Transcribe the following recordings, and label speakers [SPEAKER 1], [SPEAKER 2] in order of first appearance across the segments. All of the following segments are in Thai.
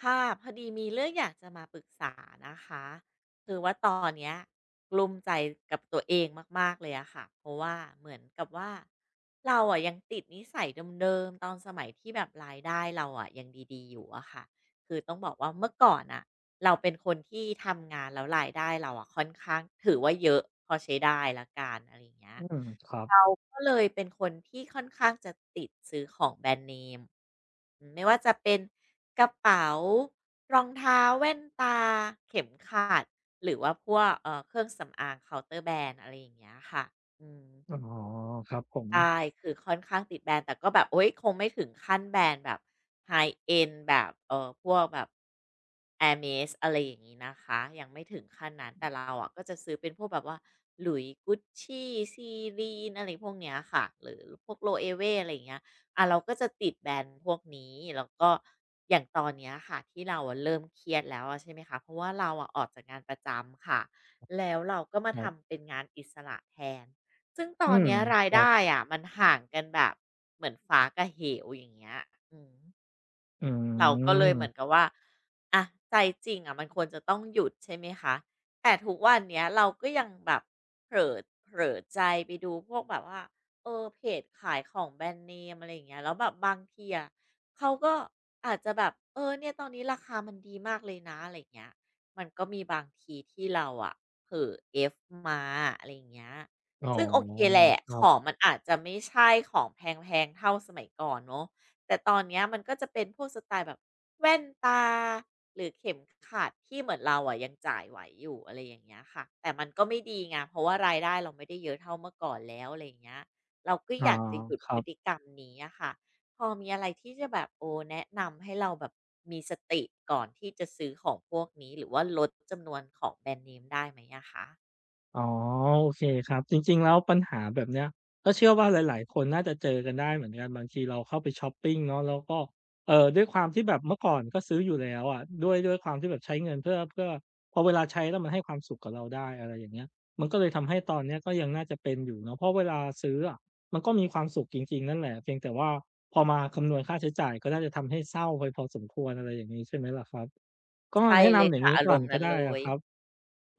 [SPEAKER 1] ค่ะพอดีมีเรื่องอยากจะมาปรึกษานะคะคือว่าตอนเนี้ยกลุ้มใจกับตัวเองมากๆเลยอะค่ะเพราะว่าเหมือนกับว่าเราอะยังติดนิสัยเดิมๆตอนสมัยที่แบบรายได้เราอะยังดีๆอยู่อะค่ะคือต้องบอกว่าเมื่อก่อนอะเราเป็นคนที่ทำงานแล้วรายได้เราอะค่อนข้างถือว่าเยอะพอใช้ได้ละกันอะไรอย่างเงี้ย
[SPEAKER 2] อืมครับ
[SPEAKER 1] เราก็เลยเป็นคนที่ค่อนข้างจะติดซื้อของแบรนด์เนมอืมไม่ว่าจะเป็นกระเป๋ารองเท้าแว่นตาเข็มขัดหรือว่าพวกเครื่องสำอางเคาน์เตอร์แบรนด์อะไรอย่างเงี้ยค่ะอืม
[SPEAKER 2] อ๋อครับผม
[SPEAKER 1] ใช่คือค่อนข้างติดแบรนด์แต่ก็แบบโอ๊ยคงไม่ถึงขั้นแบรนด์แบบ High End แบบพวกแบบ Hermès อะไรอย่างงี้นะคะยังไม่ถึงขั้นนั้นแต่เราอะก็จะซื้อเป็นพวกแบบว่า Louis Gucci Celine อะไรพวกเนี้ยค่ะหรือพวก Loewe อะไรอย่างเงี้ยเราก็จะติดแบรนด์พวกนี้แล้วก็อย่างตอนเนี้ยค่ะที่เราอะเริ่มเครียดแล้วอะใช่ไหมคะเพราะว่าเราอะออกจากงานประจำค่ะแล้วเราก็มา
[SPEAKER 2] ครับ
[SPEAKER 1] ทำเป็นงานอิสระแทน ซึ่งต
[SPEAKER 2] อื
[SPEAKER 1] อน
[SPEAKER 2] ม
[SPEAKER 1] เนี้ยรา
[SPEAKER 2] ค
[SPEAKER 1] ย
[SPEAKER 2] รั
[SPEAKER 1] ได้
[SPEAKER 2] บ
[SPEAKER 1] อะมันห่างกันแบบเหมือนฟ้ากับเหวอย่างเงี้ยอืม
[SPEAKER 2] อื
[SPEAKER 1] เราก็เลยเหมือน
[SPEAKER 2] ม
[SPEAKER 1] กับว่าอะใจจริงอะมันควรจะต้องหยุดใช่ไหมคะแต่ทุกวันเนี้ยเราก็ยังแบบเผลอเผลอใจไปดูพวกแบบว่าเออเพจขายของแบรนด์เนมอะไรอย่างเงี้ยแล้วแบบบางทีอะเขาก็อาจจะแบบเออเนี่ยตอนนี้ราคามันดีมากเลยนะอะไรอย่างเงี้ยมันก็มีบางทีที่เราอะเผลอเอฟมาอะไรอย่างเงี้ย
[SPEAKER 2] อ๋อ
[SPEAKER 1] ซึ่งโอเคแหละ
[SPEAKER 2] ค
[SPEAKER 1] ข
[SPEAKER 2] รั
[SPEAKER 1] อง
[SPEAKER 2] บ
[SPEAKER 1] มันอาจจะไม่ใช่ของแพงๆเท่าสมัยก่อนเนอะ แต่ตอนเนี้ยมันก็จะเป็นพวกสไตล์แบบแว่นตาหรือเข็มขัดที่เหมือนเราอะยังจ่ายไหวอยู่อะไรอย่างเงี้ยค่ะแต่มันก็ไม่ดีไงเพราะว่ารายได้เราไม่ได้เยอะเท่าเมื่อก่อนแล้วอะไรอย่างเงี้ยเราก็
[SPEAKER 2] อา
[SPEAKER 1] อยากจะหยุด
[SPEAKER 2] ค
[SPEAKER 1] พ
[SPEAKER 2] รั
[SPEAKER 1] ฤ
[SPEAKER 2] บ
[SPEAKER 1] ติกรรมนี้อะค่ะพอมีอะไรที่จะแบบโอแนะนำให้เราแบบมีสติก่อนที่จะซื้อของพวกนี้หรือว่าลดจำนวนของแบรนด์เนมได้ไหมอะคะ
[SPEAKER 2] อ๋อโอเคครับจริงๆแล้วปัญหาแบบเนี้ยก็เชื่อว่าหลายๆคนน่าจะเจอกันได้เหมือนกันบางทีเราเข้าไปชอปปิงเนาะแล้วก็ด้วยความที่แบบเมื่อก่อนก็ซื้ออยู่แล้วอะด้วยความที่แบบใช้เงินเพื่อพอเวลาใช้แล้วมันให้ความสุขกับเราได้อะไรอย่างเงี้ยมันก็เลยทำให้ตอนเนี้ยก็ยังน่าจะเป็นอยู่เนาะเพราะเวลาซื้ออะมันก็มีความสุขจริงๆนั่นแหละเพียงแต่ว่าพอมาคำนวณค่าใช้จ่ายก็น่าจะทำให้เศร้าไปพอสมควรอะไรอย่างงี้ใช่ไหมล่ะครับก็
[SPEAKER 1] ใช่
[SPEAKER 2] แนะ
[SPEAKER 1] เลย
[SPEAKER 2] นำอย่าง
[SPEAKER 1] ค่ะ
[SPEAKER 2] งี้
[SPEAKER 1] อาร
[SPEAKER 2] ก่อน
[SPEAKER 1] มณ์นั้
[SPEAKER 2] ก็
[SPEAKER 1] นเล
[SPEAKER 2] ได้อะ
[SPEAKER 1] ย
[SPEAKER 2] ครับ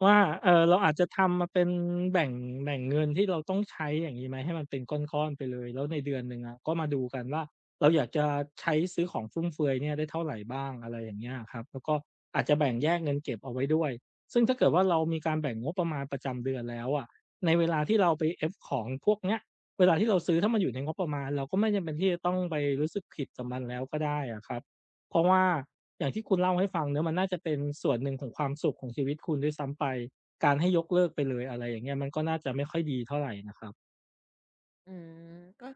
[SPEAKER 2] ว่าเราอาจจะทำมาเป็นแบ่งแบ่งเงินที่เราต้องใช้อย่างงี้ไหมให้มันเป็นก้อนๆไปเลยแล้วในเดือนหนึ่งอะก็มาดูกันว่าเราอยากจะใช้ซื้อของฟุ่มเฟือยเนี่ยได้เท่าไรบ้างอะไรอย่างเงี้ยอะครับแล้วก็อาจจะแบ่งแยกเงินเก็บเอาไว้ด้วยซึ่งถ้าเกิดว่าเรามีการแบ่งงบประมาณประจำเดือนแล้วอะในเวลาที่เราไปเอฟของพวกเนี้ยเวลาที่เราซื้อถ้ามันอยู่ในงบประมาณเราก็ไม่จำเป็นที่จะต้องไปรู้สึกผิดกับมันแล้วก็ได้อะครับเพราะว่า อย่างที่คุณเล่าให้ฟังเน้ะมันน่าจะเป็นส่วนหนึ่งของความสุขของชีวิตคุณด้วยซ้ำไปการให้ยกเลิกไปเลยอะไรอย่างเงี้ยมันก็น่าจะไม่ค่อยดีเท่าไรนะครับ
[SPEAKER 1] อืมก็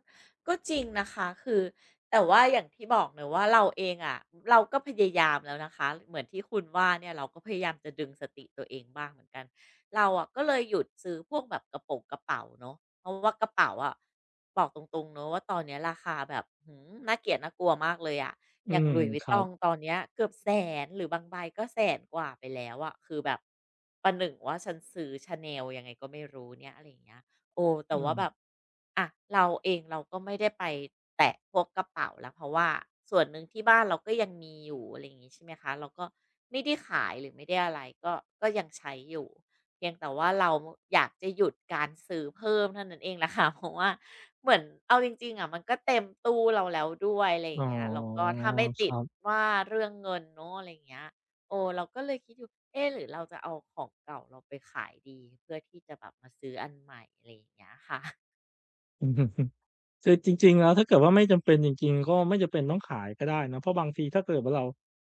[SPEAKER 1] ก็จริงนะคะคือแต่ว่าอย่างที่บอกเนอะว่าเราเองอะเราก็พยายามแล้วนะคะเหมือนที่คุณว่าเนี่ยเราก็พยายามจะดึงสติตัวเองบ้างเหมือนกันเราอะก็เลยหยุดซื้อพวกแบบกระโปงกระเป๋าเนาะเพราะว่ากระเป๋าอะบอกตรงๆเนาะว่าตอนเนี้ยราคาแบบอื้อฮือน่าเกลียดน่ากลัวมากเลยอะ
[SPEAKER 2] อื
[SPEAKER 1] อย่าง
[SPEAKER 2] ม
[SPEAKER 1] Louis
[SPEAKER 2] ครั
[SPEAKER 1] Vuitton
[SPEAKER 2] บ
[SPEAKER 1] ตอนเนี้ยเกือบแสนหรือบางใบก็แสนกว่าไปแล้วอะคือแบบประหนึ่งว่าฉันซื้อ Chanel ยังไงก็ไม่รู้เนี่ยอะไรอย่างเงี้ย โอ้แต่
[SPEAKER 2] อื
[SPEAKER 1] ว่า
[SPEAKER 2] ม
[SPEAKER 1] แบบอ่ะเราเองเราก็ไม่ได้ไปแตะพวกกระเป๋าแล้วเพราะว่าส่วนหนึ่งที่บ้านเราก็ยังมีอยู่อะไรอย่างงี้ใช่ไหมคะเราก็ไม่ได้ขายหรือไม่ได้อะไรก็ยังใช้อยู่เพียงแต่ว่าเราอยากจะหยุดการซื้อเพิ่มเท่านั้นเองแหละค่ะ เพราะว่าเหมือนเอาจริงๆอะมันก็เต็มตู้เราแล้วด้วยอะไรอ
[SPEAKER 2] อ๋อ
[SPEAKER 1] ย่างเงี้ยแล้วก็ถ้าไม่
[SPEAKER 2] ค
[SPEAKER 1] ติด
[SPEAKER 2] รับ
[SPEAKER 1] ว่าเรื่องเงินเนาะอะไรอย่างเงี้ย โอ้เราก็เลยคิดอยู่เอ๊ะหรือเราจะเอาของเก่าเราไปขายดีเพื่อที่จะแบบมาซื้ออันใหม่อะไรอย่างเงี้ยค่ะ
[SPEAKER 2] คือจริงๆแล้วถ้าเกิดว่าไม่จำเป็นจริงๆก็ไม่จำเป็นต้องขายก็ได้เนาะเพราะบางทีถ้าเกิดว่าเรา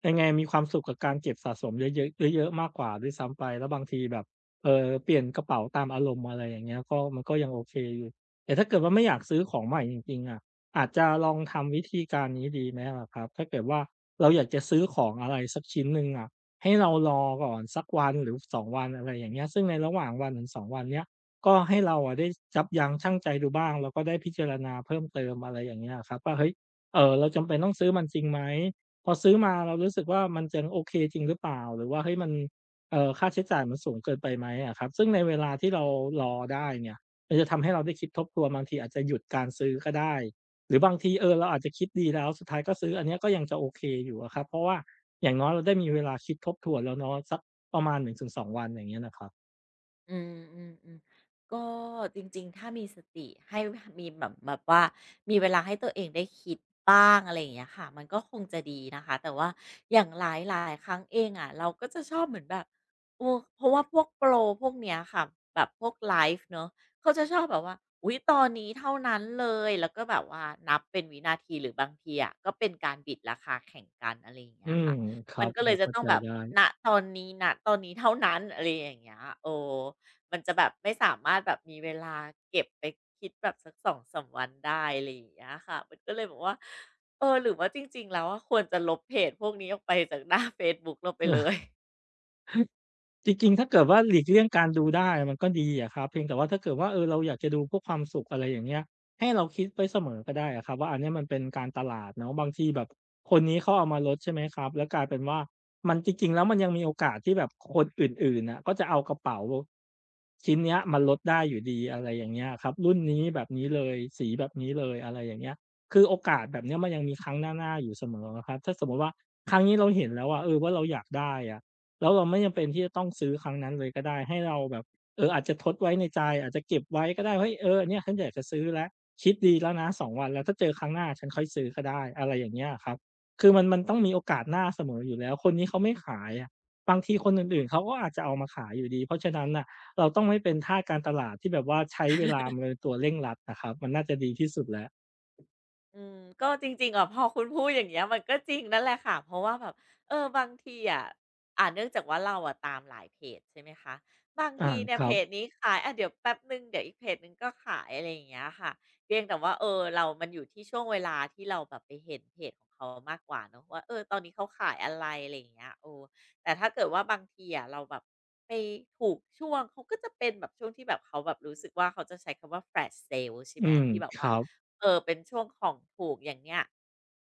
[SPEAKER 2] ยังไงมีความสุขกับการเก็บสะสมเยอะๆเยอะๆมากกว่าด้วยซ้ำไปแล้วบางทีแบบเปลี่ยนกระเป๋าตามอารมณ์อะไรอย่างเงี้ยก็มันก็ยังโอเคอยู่แต่ถ้าเกิดว่าไม่อยากซื้อของใหม่จริงๆอะอาจจะลองทำวิธีการนี้ดีไหมละครับถ้าเกิดว่าเราอยากจะซื้อของอะไรสักชิ้นหนึ่งอะให้เรารอก่อนสักวันหรือสองวันอะไรอย่างเงี้ยซึ่งในระหว่างวันถึงสองวันเนี้ย ก็ให้เราอะได้ยับยั้งชั่งใจดูบ้างแล้วก็ได้พิจารณาเพิ่มเติมอะไรอย่างเงี้ยอะครับว่าเฮ้ยเราจำเป็นต้องซื้อมันจริงไหมพอซื้อมาเรารู้สึกว่ามันยังโอเคจริงหรือเปล่าหรือว่าเฮ้ยมันค่าใช้จ่ายมันสูงเกินไปไหมอะครับซึ่งในเวลาที่เรารอได้เนี่ยมันจะทำให้เราได้คิดทบทวนบางทีอาจจะหยุดการซื้อก็ได้หรือบางทีเออเราอาจจะคิดดีแล้วสุดท้ายก็ซื้ออันเนี้ยก็ยังจะโอเคอยู่อะครับเพราะว่าอย่างน้อยเราได้มีเวลาคิดทบทวนแล้วเนาะสักประมาณหนึ่งถึงสองวันอย่างเงี้ยนะครับ
[SPEAKER 1] อืมออืมอืมก็จริงๆถ้ามีสติให้มีแบบแบบว่ามีเวลาให้ตัวเองได้คิดบ้างอะไรอย่างเงี้ยค่ะมันก็คงจะดีนะคะแต่ว่าอย่างหลายหลายครั้งเองอะเราก็จะชอบเหมือนแบบโอ้เพราะว่าพวกโปรพวกเนี้ยค่ะแบบพวกไลฟ์เนาะเขาจะชอบแบบว่าอุ๊ยตอนนี้เท่านั้นเลยแล้วก็แบบว่านับเป็นวินาทีหรือบางทีอะก็เป็นการบิดราคาแข่งกันอะไรอย่าง
[SPEAKER 2] อื
[SPEAKER 1] เงี้ย
[SPEAKER 2] ม
[SPEAKER 1] ค่ะ
[SPEAKER 2] ครั
[SPEAKER 1] มัน
[SPEAKER 2] บ
[SPEAKER 1] ก็
[SPEAKER 2] พ
[SPEAKER 1] เล
[SPEAKER 2] อ
[SPEAKER 1] ยจะ
[SPEAKER 2] เข้า
[SPEAKER 1] ต้อง
[SPEAKER 2] ใจ
[SPEAKER 1] แบบ
[SPEAKER 2] ได้
[SPEAKER 1] ณตอนนี้ณตอนนี้เท่านั้นอะไรอย่างเงี้ยโอ้ มันจะแบบไม่สามารถแบบมีเวลาเก็บไปคิดแบบสัก2-3วันได้อะไรอย่างเงี้ยค่ะมันก็เลยบอกว่าเออหรือว่าจริงๆแล้วอะควรจะลบเพจพวกนี้ออกไปจากหน้าเฟซบุ๊กเราไปเลย
[SPEAKER 2] จริงๆถ้าเกิดว่าหลีกเลี่ยงการดูได้มันก็ดีอะครับเพียงแต่ว่าถ้าเกิดว่าเออเราอยากจะดูเพื่อความสุขอะไรอย่างเงี้ยให้เราคิดไว้เสมอก็ได้อะครับว่าอันเนี้ยมันเป็นการตลาดเนาะบางทีแบบคนนี้เขาเอามาลดใช่ไหมครับแล้วกลายเป็นว่ามันจริงๆแล้วมันยังมีโอกาสที่แบบคนอื่นๆน่ะก็จะเอากระเป๋าชิ้นเนี้ยมาลดได้อยู่ดีอะไรอย่างเงี้ยครับรุ่นนี้แบบนี้เลยสีแบบนี้เลยอะไรอย่างเงี้ยคือโอกาสแบบเนี้ยมันยังมีครั้งหน้าๆอยู่เสมออะครับถ้าสมมุติว่าครั้งนี้เราเห็นแล้วอะเออว่าเราอยากได้อะ แล้วเราไม่จำเป็นที่จะต้องซื้อครั้งนั้นเลยก็ได้ให้เราแบบอาจจะทดไว้ในใจอาจจะเก็บไว้ก็ได้เฮ้ยเออเนี่ยฉันอยากจะซื้อแล้วคิดดีแล้วนะ2วันแล้วถ้าเจอครั้งหน้าฉันค่อยซื้อก็ได้อะไรอย่างเงี้ยอะครับคือมันต้องมีโอกาสหน้าเสมออยู่แล้วคนนี้เขาไม่ขายอะบางทีคนอื่นๆเขาก็อาจจะเอามาขายอยู่ดีเพราะฉะนั้นน่ะเราต้องไม่เป็นทาสการตลาดที่แบบว่าใช้เวลามันเป็นตัวเร่งรัดอะครับมันน่าจะดีที่สุดแล้ว
[SPEAKER 1] อืมก็จริงๆอะ พอคุณพูดอย่างเงี้ยมันก็จริงนั่นแหละค่ะเพราะว่าแบบบางทีอะเนื่องจากว่าเราอะตามหลายเพจใช่ไหมคะบาง
[SPEAKER 2] อา
[SPEAKER 1] ทีเนี่ย
[SPEAKER 2] ค
[SPEAKER 1] เพ
[SPEAKER 2] รับ
[SPEAKER 1] จนี้ขายเดี๋ยวแป๊บหนึ่งเดี๋ยวอีกเพจนึงก็ขายอะไรอย่างเงี้ยค่ะเพียงแต่ว่าเรามันอยู่ที่ช่วงเวลาที่เราแบบไปเห็นเพจของเขามากกว่าเนอะว่าตอนนี้เขาขายอะไรอะไรอย่างเงี้ยโอ้แต่ถ้าเกิดว่าบางทีอะเราแบบไปถูกช่วงเขาก็จะเป็นแบบช่วงที่แบบเขาแบบรู้สึกว่าเขาจะใช้คำว่า flash sale ใช่
[SPEAKER 2] อื
[SPEAKER 1] ไหม
[SPEAKER 2] ม
[SPEAKER 1] ที่แบบ
[SPEAKER 2] ค
[SPEAKER 1] ว่า
[SPEAKER 2] รับ
[SPEAKER 1] เป็นช่วงของถูกอย่างเงี้ย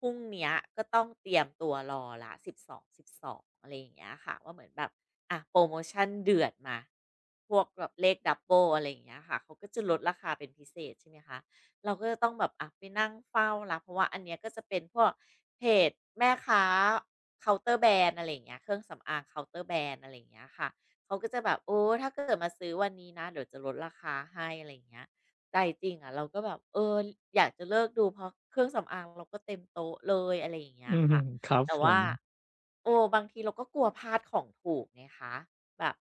[SPEAKER 1] พรุ่งเนี้ยก็ต้องเตรียมตัวรอละสิบสองสิบสองอะไรอย่างเงี้ยค่ะว่าเหมือนแบบอ่ะโพรโมชันเดือดมาพวกแบบเลขดับเบิลอะไรอย่างเงี้ยค่ะเขาก็จะลดราคาเป็นพิเศษใช่ไหมคะเราก็จะต้องแบบอะไปนั่งเฝ้าแล้วเพราะว่าอันเนี้ยก็จะเป็นพวกเพจแม่ค้าเคาน์เตอร์แบรนด์อะไรอย่างเงี้ยเครื่องสำอางเคาน์เตอร์แบรนด์อะไรอย่างเงี้ยค่ะเขาก็จะแบบโอ้ถ้าเกิดมาซื้อวันนี้นะเดี๋ยวจะลดราคาให้อะไรอย่างเงี้ย ใจจริงอ่ะเราก็แบบอยากจะเลิกดูเพราะเครื่องสำอางเราก็เต็มโต๊ะเลยอะไรอย่างเงี้
[SPEAKER 2] อื
[SPEAKER 1] ย
[SPEAKER 2] ม
[SPEAKER 1] ค่ะ
[SPEAKER 2] ครับ
[SPEAKER 1] แต่
[SPEAKER 2] ผ
[SPEAKER 1] ว่า
[SPEAKER 2] ม
[SPEAKER 1] โอ้บางทีเราก็กลัวพลาดของถูกไงคะแบบ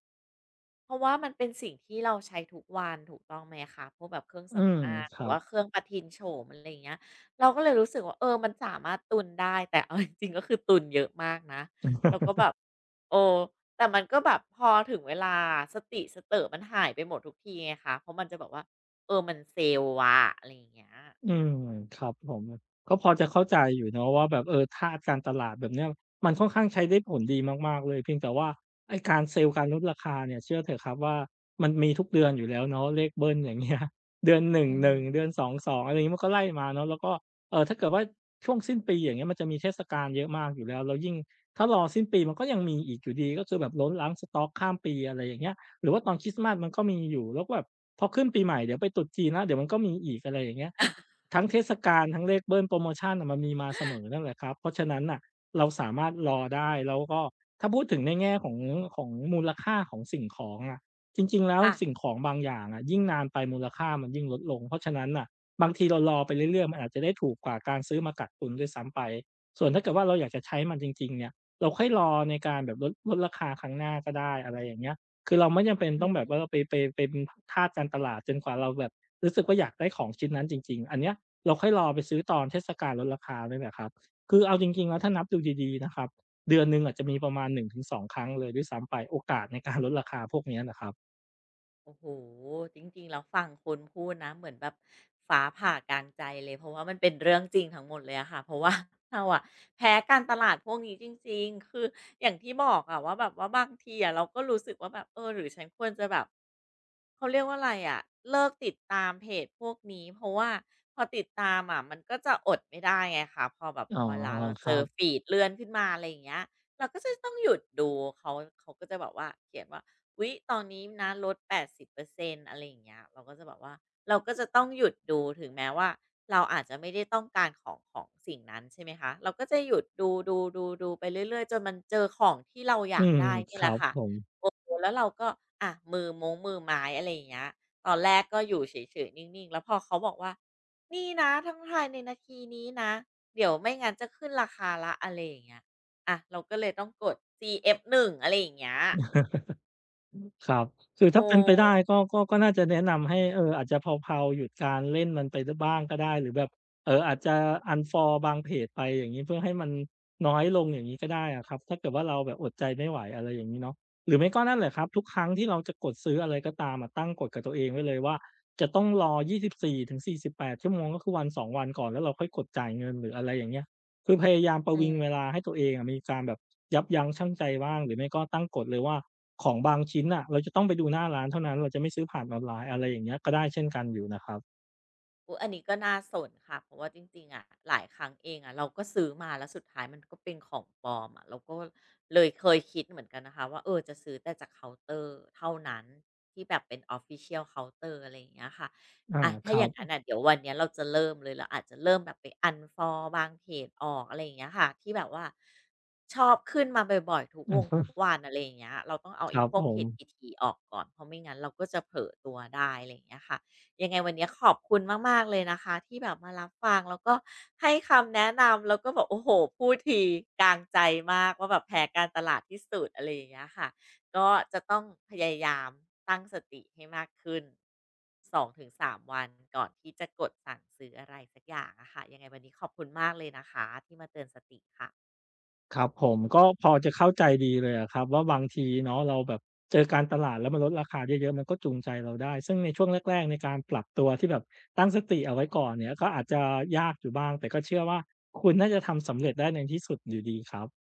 [SPEAKER 1] เพราะว่ามันเป็นสิ่งที่เราใช้ทุกวันถูกต้องไหมคะพวกแบบเครื่อง
[SPEAKER 2] อืม
[SPEAKER 1] สำอาง
[SPEAKER 2] ค
[SPEAKER 1] หรื
[SPEAKER 2] รั
[SPEAKER 1] อ
[SPEAKER 2] บ
[SPEAKER 1] ว่าเครื่องประทินโฉมอะไรอย่างเงี้ยเราก็เลยรู้สึกว่ามันสามารถตุนได้แต่เอา จริงๆก็คือตุนเยอะมากนะแล้วก็แบบโอ้ แต่มันก็แบบพอถึงเวลาสติสเตอะมันหายไปหมดทุกทีไงคะเพราะมันจะแบบว่ามันเซลล์วะอะไรอย่างเงี้ย
[SPEAKER 2] อืมครับผมก็พอจะเข้าใจอยู่เนาะว่าแบบเออท่าการตลาดแบบเนี้ยมันค่อนข้างใช้ได้ผลดีมากๆเลยเพียงแต่ว่าไอ้การเซลล์การลดราคาเนี่ยเชื่อเถอะครับว่ามันมีทุกเดือนอยู่แล้วเนาะเลขเบิ้ลอย่างเงี้ย เดือน
[SPEAKER 1] อื
[SPEAKER 2] 1 1เดื
[SPEAKER 1] ม
[SPEAKER 2] อน2 2องอะไรอย่างงี้มันก็ไล่มาเนาะแล้วก็ถ้าเกิดว่าช่วงสิ้นปีอย่างเงี้ยมันจะมีเทศกาลเยอะมากอยู่แล้วแล้วยิ่งถ้ารอสิ้นปีมันก็ยังมีอีกอยู่ดีก็คือแบบล้นล้างสต๊อกข้ามปีอะไรอย่างเงี้ยหรือว่าตอนคริสต์มาสมันก็มีอยู่แล้วก็แบบพอขึ้นปีใหม่เดี๋ยวไปตรุษจีนแล้วเดี๋ยวมันก็มีอีกอะไรอย่างเงี้ย ทั้งเทศกาลทั้งเลขเบิลโพรโมชันน่ะมันมีมาเสมอนั่นแหละครับเพราะฉะนั้นน่ะเราสามารถรอได้แล้วก็ถ้าพูดถึงในแง่ของของมูลค่าของสิ่งของอะจริงๆแล้ว
[SPEAKER 1] ค่ะ
[SPEAKER 2] สิ่งของบางอย่างอะยิ่งนานไปมูลค่ามันยิ่งลดลงเพราะฉะนั้นน่ะบางทีเรารอไปเรื่อยๆมันอาจจะได้ถูกกว่าการซื้อมากักตุนด้วยซ้ำไปส่วนถ้าเกิดว่าเราอยากจะใช้มันจริงๆเนี่ยเราค่อยรอในการแบบลดราคาครั้งหน้าก็ได้อะไรอย่างเงี้ยคือเราไม่จำเป็นต้องแบบว่าไปเป็นทาสการตลาดจนกว่าเราแบบรู้สึกว่าอยากได้ของชิ้นนั้นจริงๆอันเนี้ย เราค่อยรอไปซื้อตอนเทศกาลลดราคาเนี่ยแหละครับ คือเอาจริงๆแล้วถ้านับดูดีๆนะครับเดือนหนึ่งอาจจะมีประมาณ1-2ครั้งเลยด้วยซ้ำไปโอกาสในการลดราคาพวกเนี้ยนะครับ
[SPEAKER 1] โอ้โหจริงๆแล้วฟังคุณพูดนะเหมือนแบบฟ้าผ่ากลางใจเลยเพราะว่ามันเป็นเรื่องจริงทั้งหมดเลยอะค่ะเพราะว่า เราอะแพ้การตลาดพวกนี้จริงๆคืออย่างที่บอกอะว่าแบบว่าบางทีอะเราก็รู้สึกว่าแบบหรือฉันควรจะแบบเขาเรียกว่าอะไรอะเลิกติดตามเพจพวกนี้เพราะว่าพอติดตามอะมันก็จะอดไม่ได้ไงคะพอแบบ
[SPEAKER 2] อ๋อ
[SPEAKER 1] เวลาเรา
[SPEAKER 2] ค
[SPEAKER 1] เจ
[SPEAKER 2] รั
[SPEAKER 1] อ
[SPEAKER 2] บ
[SPEAKER 1] ฟีดเลื่อนขึ้นมาอะไรอย่างเงี้ย เราก็จะต้องหยุดดูเขาเขาก็จะแบบว่าเขียนว่าอุ๊ยตอนนี้นะลด80%อร์เซ็นต์อะไรอย่างเงี้ยเราก็จะแบบว่าเราก็จะต้องหยุดดูถึงแม้ว่าเราอาจจะไม่ได้ต้องการของของสิ่งนั้นใช่ไหมคะเราก็จะหยุดดูๆๆๆไปเรื่อยๆจนมันเจอของที่เราอ
[SPEAKER 2] อื
[SPEAKER 1] ยาก
[SPEAKER 2] ม
[SPEAKER 1] ได้นี่
[SPEAKER 2] ค
[SPEAKER 1] แห
[SPEAKER 2] รั
[SPEAKER 1] ละ
[SPEAKER 2] บ
[SPEAKER 1] ค่ะ
[SPEAKER 2] ผม
[SPEAKER 1] เออแล้วเราก็อะมือม้งมือไม้อะไรอย่างเงี้ยตอนแรกก็อยู่เฉยๆนิ่งๆแล้วพอเขาบอกว่านี่นะทั้งภายในนาทีนี้นะเดี๋ยวไม่งั้นจะขึ้นราคาแล้วอะไรอย่างเงี้ย อ่ะเราก็เลยต้องกด CF1 อฟหนึ่งอะไรอย่างเงี้ย
[SPEAKER 2] ครับคือ
[SPEAKER 1] โอ
[SPEAKER 2] ถ้าเป็นไปได้
[SPEAKER 1] ้
[SPEAKER 2] ก็น่าจะแนะนำให้อาจจะเพลาๆหยุดการเล่นมันไปดบ้างก็ได้หรือแบบอาจจะ unfollow บางเพจไปอย่างงี้เพื่อให้มันน้อยลงอย่างงี้ก็ได้อะครับถ้าเกิดว่าเราแบบอดใจไม่ไหวอะไรอย่างงี้เนาะหรือไม่ก็นั่นแหละครับทุกครั้งที่เราจะกดซื้ออะไรก็ตามอะตั้งกฎกับตัวเองไว้เลยว่าจะต้องรอ24-48ชั่วโมงก็คือวันสองวันก่อนแล้วเราค่อยกดจ่ายเงินหรืออะไรอย่างเงี้ย คือพยายามประ
[SPEAKER 1] อื
[SPEAKER 2] วิง
[SPEAKER 1] ม
[SPEAKER 2] เวลาให้ตัวเองอะมีการแบบยับยั้งชั่งใจบ้างหรือไม่ก็ตั้งกฎเลยว่าของบางชิ้นน่ะเราจะต้องไปดูหน้าร้านเท่านั้นเราจะไม่ซื้อผ่านออนไลน์อะไรอย่างเงี้ยก็ได้เช่นกันอยู่นะครับ
[SPEAKER 1] อุ๊ยอันนี้ก็น่าสนค่ะเพราะว่าจริงๆอะหลายครั้งเองอะเราก็ซื้อมาแล้วสุดท้ายมันก็เป็นของปลอมอะเราก็เลยเคยคิดเหมือนกันนะคะว่าจะซื้อแต่จากเคาน์เตอร์เท่านั้นที่แบบเป็น Official Counter อะไรอย่างเงี้ยค่ะ
[SPEAKER 2] อา
[SPEAKER 1] อะ
[SPEAKER 2] ค
[SPEAKER 1] ถ้าอ
[SPEAKER 2] รั
[SPEAKER 1] ย่า
[SPEAKER 2] บ
[SPEAKER 1] งงั้นน่ะเดี๋ยววันเนี้ยเราจะเริ่มเลยเราอาจจะเริ่มแบบไป unfollow บางเพจออกอะไรอย่างเงี้ยค่ะที่แบบว่าชอบขึ้นมาบ่อยๆทุก
[SPEAKER 2] อื
[SPEAKER 1] ว
[SPEAKER 2] อ
[SPEAKER 1] ง
[SPEAKER 2] ฮึ
[SPEAKER 1] ทุกวันอะไรอย่างเงี้ยเราต้องเอา
[SPEAKER 2] ค
[SPEAKER 1] ไอ้
[SPEAKER 2] รับ
[SPEAKER 1] พว
[SPEAKER 2] ผ
[SPEAKER 1] กเพ
[SPEAKER 2] ม
[SPEAKER 1] จถี่ๆออกก่อนเพราะไม่งั้นเราก็จะเผลอตัวได้อะไรอย่างเงี้ยค่ะ ยังไงวันนี้ขอบคุณมากๆเลยนะคะที่แบบมารับฟังแล้วก็ให้คำแนะนำแล้วก็แบบโอ้โฮพูดทีกลางใจมากว่าแบบแพนการตลาดที่สุดอะไรอย่างเงี้ยค่ะก็จะต้องพยายามตั้งสติให้มากขึ้น2-3วันก่อนที่จะกดสั่งซื้ออะไรสักอย่างอะค่ะยังไงวันนี้ขอบคุณมากเลยนะคะที่มาเตือนสติค่ะ
[SPEAKER 2] ครับผมก็พอจะเข้าใจดีเลยอะครับว่าบางทีเนาะเราแบบเจอการตลาดแล้วมันลดราคาเยอะๆมันก็จูงใจเราได้ซึ่งในช่วงแรกๆในการปรับตัวที่แบบตั้งสติเอาไว้ก่อนเนี่ยก็อาจจะยากอยู่บ้างแต่ก็เชื่อว่าคุณน่าจะทำสำเร็จได้ในที่สุดอยู่ดีครับ